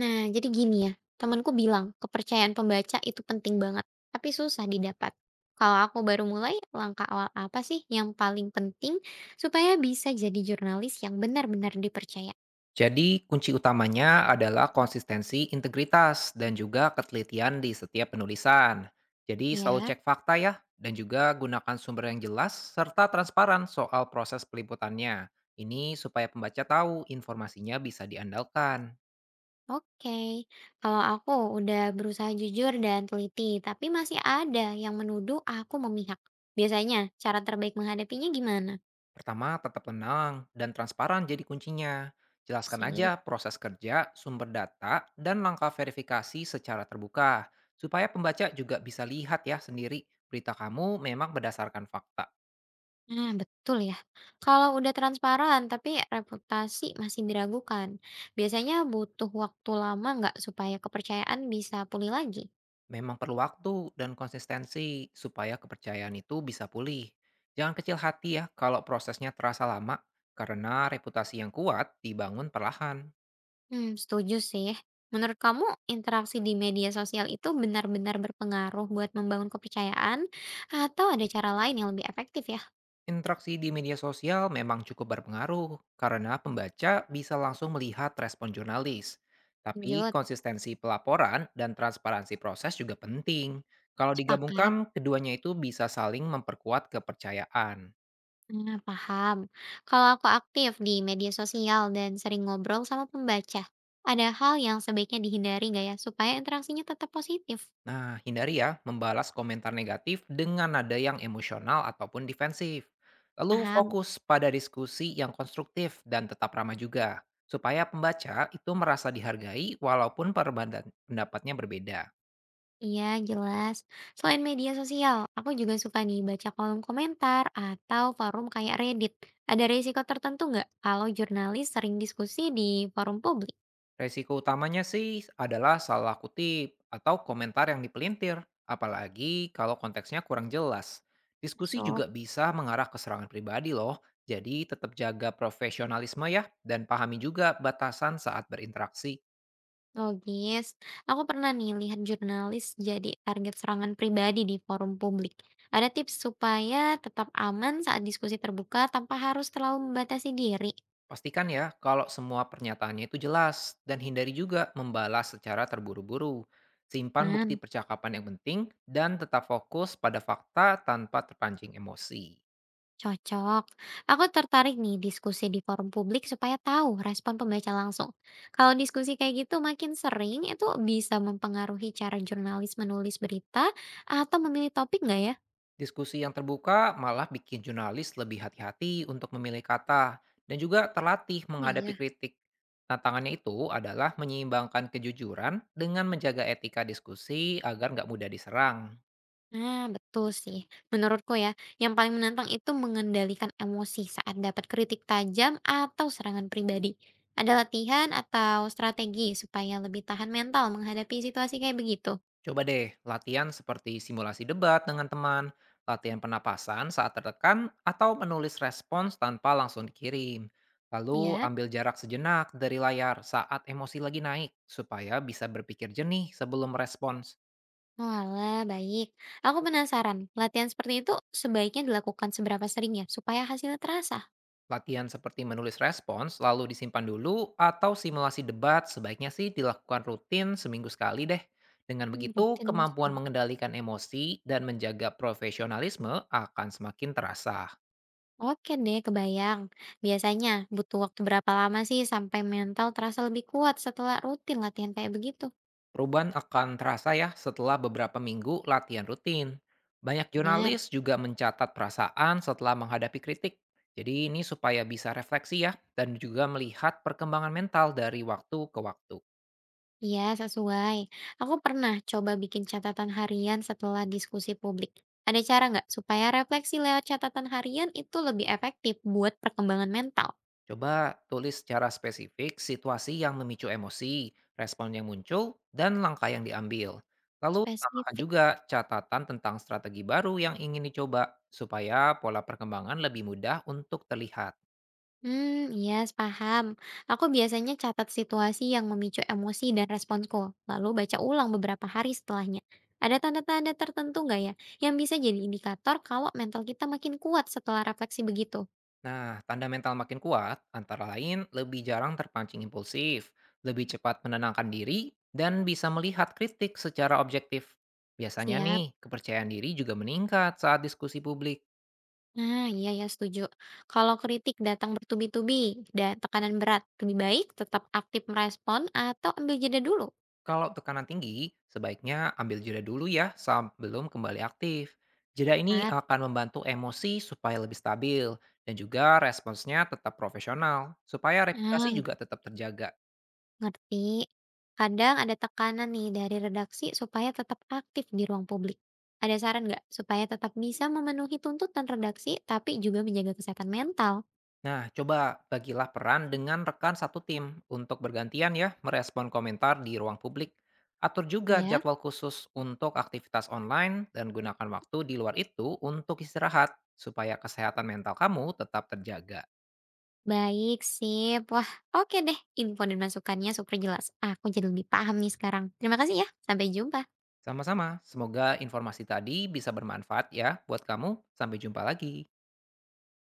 Nah, jadi gini ya, temanku bilang kepercayaan pembaca itu penting banget, tapi susah didapat. Kalau aku baru mulai, langkah awal apa sih yang paling penting supaya bisa jadi jurnalis yang benar-benar dipercaya? Jadi, kunci utamanya adalah konsistensi, integritas, dan juga ketelitian di setiap penulisan. Jadi, selalu Ya, cek fakta ya, dan juga gunakan sumber yang jelas serta transparan soal proses peliputannya. Ini supaya pembaca tahu informasinya bisa diandalkan. oke. Kalau aku udah berusaha jujur dan teliti, tapi masih ada yang menuduh aku memihak. Biasanya, cara terbaik menghadapinya gimana? Pertama, tetap tenang dan transparan jadi kuncinya. Jelaskan aja Sip. proses kerja, sumber data, dan langkah verifikasi secara terbuka, supaya pembaca juga bisa lihat ya sendiri berita kamu memang berdasarkan fakta. Nah, betul ya. Kalau udah transparan tapi reputasi masih diragukan, biasanya butuh waktu lama nggak supaya kepercayaan bisa pulih lagi? Memang perlu waktu dan konsistensi supaya kepercayaan itu bisa pulih. Jangan kecil hati ya kalau prosesnya terasa lama, karena reputasi yang kuat dibangun perlahan. Hmm, setuju sih. Menurut kamu, interaksi di media sosial itu benar-benar berpengaruh buat membangun kepercayaan atau ada cara lain yang lebih efektif ya? Interaksi di media sosial memang cukup berpengaruh, karena pembaca bisa langsung melihat respon jurnalis. Tapi Lanjut, konsistensi pelaporan dan transparansi proses juga penting. Kalau digabungkan, sepakat. keduanya itu bisa saling memperkuat kepercayaan. Nah, paham. Kalau aku aktif di media sosial dan sering ngobrol sama pembaca, ada hal yang sebaiknya dihindari nggak ya supaya interaksinya tetap positif? Nah, hindari ya membalas komentar negatif dengan nada yang emosional ataupun defensif. Lalu Paham, fokus pada diskusi yang konstruktif dan tetap ramah juga, supaya pembaca itu merasa dihargai walaupun perbedaan pendapatnya berbeda. iya jelas. Selain media sosial, aku juga suka nih baca kolom komentar atau forum kayak Reddit. Ada risiko tertentu nggak kalau jurnalis sering diskusi di forum publik? Resiko utamanya sih adalah salah kutip atau komentar yang dipelintir, apalagi kalau konteksnya kurang jelas. Diskusi juga Masuk, bisa mengarah ke serangan pribadi loh, jadi tetap jaga profesionalisme ya dan pahami juga batasan saat berinteraksi. logis. Aku pernah nih lihat jurnalis jadi target serangan pribadi di forum publik. Ada tips supaya tetap aman saat diskusi terbuka tanpa harus terlalu membatasi diri? Pastikan ya kalau semua pernyataannya itu jelas dan hindari juga membalas secara terburu-buru. Simpan bukti Man. percakapan yang penting dan tetap fokus pada fakta tanpa terpancing emosi. Cocok. Aku tertarik nih diskusi di forum publik supaya tahu respon pembaca langsung. Kalau diskusi kayak gitu makin sering, itu bisa mempengaruhi cara jurnalis menulis berita atau memilih topik nggak ya? Diskusi yang terbuka malah bikin jurnalis lebih hati-hati untuk memilih kata dan juga terlatih Oh menghadapi iya. kritik. Tantangannya itu adalah menyeimbangkan kejujuran dengan menjaga etika diskusi agar nggak mudah diserang. Nah, betul sih. Menurutku ya, yang paling menantang itu mengendalikan emosi saat dapat kritik tajam atau serangan pribadi. Ada latihan atau strategi supaya lebih tahan mental menghadapi situasi kayak begitu? Coba deh, latihan seperti simulasi debat dengan teman, latihan penapasan saat tertekan, atau menulis respons tanpa langsung dikirim. Lalu Iya. ambil jarak sejenak dari layar saat emosi lagi naik, supaya bisa berpikir jernih sebelum respons. Oalah, baik. Aku penasaran, latihan seperti itu sebaiknya dilakukan seberapa sering ya supaya hasilnya terasa? Latihan seperti menulis respons lalu disimpan dulu atau simulasi debat sebaiknya sih dilakukan rutin seminggu sekali deh. Dengan Hmm, begitu, rutin. kemampuan mengendalikan emosi dan menjaga profesionalisme akan semakin terasa. Oke deh, kebayang. Biasanya butuh waktu berapa lama sih sampai mental terasa lebih kuat setelah rutin latihan kayak begitu? Perubahan akan terasa ya setelah beberapa minggu latihan rutin. Banyak Benar. jurnalis juga mencatat perasaan setelah menghadapi kritik. Jadi ini supaya bisa refleksi ya dan juga melihat perkembangan mental dari waktu ke waktu. Iya, sesuai. Aku pernah coba bikin catatan harian setelah diskusi publik. Ada cara nggak supaya refleksi lewat catatan harian itu lebih efektif buat perkembangan mental? Coba tulis secara spesifik situasi yang memicu emosi, respon yang muncul, dan langkah yang diambil. Lalu tambahkan Spesifik. juga catatan tentang strategi baru yang ingin dicoba supaya pola perkembangan lebih mudah untuk terlihat. Hmm, iya, paham. Aku biasanya catat situasi yang memicu emosi dan responsku, lalu baca ulang beberapa hari setelahnya. Ada tanda-tanda tertentu nggak ya, yang bisa jadi indikator kalau mental kita makin kuat setelah refleksi begitu? Nah, tanda mental makin kuat antara lain lebih jarang terpancing impulsif, lebih cepat menenangkan diri, dan bisa melihat kritik secara objektif. Biasanya Siap. nih, kepercayaan diri juga meningkat saat diskusi publik. Nah, iya ya setuju. Kalau kritik datang bertubi-tubi dan tekanan berat, lebih baik tetap aktif merespon atau ambil jeda dulu? Kalau tekanan tinggi, sebaiknya ambil jeda dulu ya sebelum kembali aktif. Jeda ini Tepat. akan membantu emosi supaya lebih stabil dan juga responsnya tetap profesional, supaya Ah, reputasi juga tetap terjaga. ngerti. Kadang ada tekanan nih dari redaksi supaya tetap aktif di ruang publik. Ada saran nggak supaya tetap bisa memenuhi tuntutan redaksi tapi juga menjaga kesehatan mental? Nah, coba bagilah peran dengan rekan satu tim untuk bergantian ya merespon komentar di ruang publik. Atur juga Ya, jadwal khusus untuk aktivitas online dan gunakan waktu di luar itu untuk istirahat supaya kesehatan mental kamu tetap terjaga. baik, sip. Wah, oke deh. Info dan masukannya super jelas. Aku jadi lebih paham nih sekarang. Terima kasih ya. Sampai jumpa. Sama-sama, semoga informasi tadi bisa bermanfaat ya buat kamu. Sampai jumpa lagi.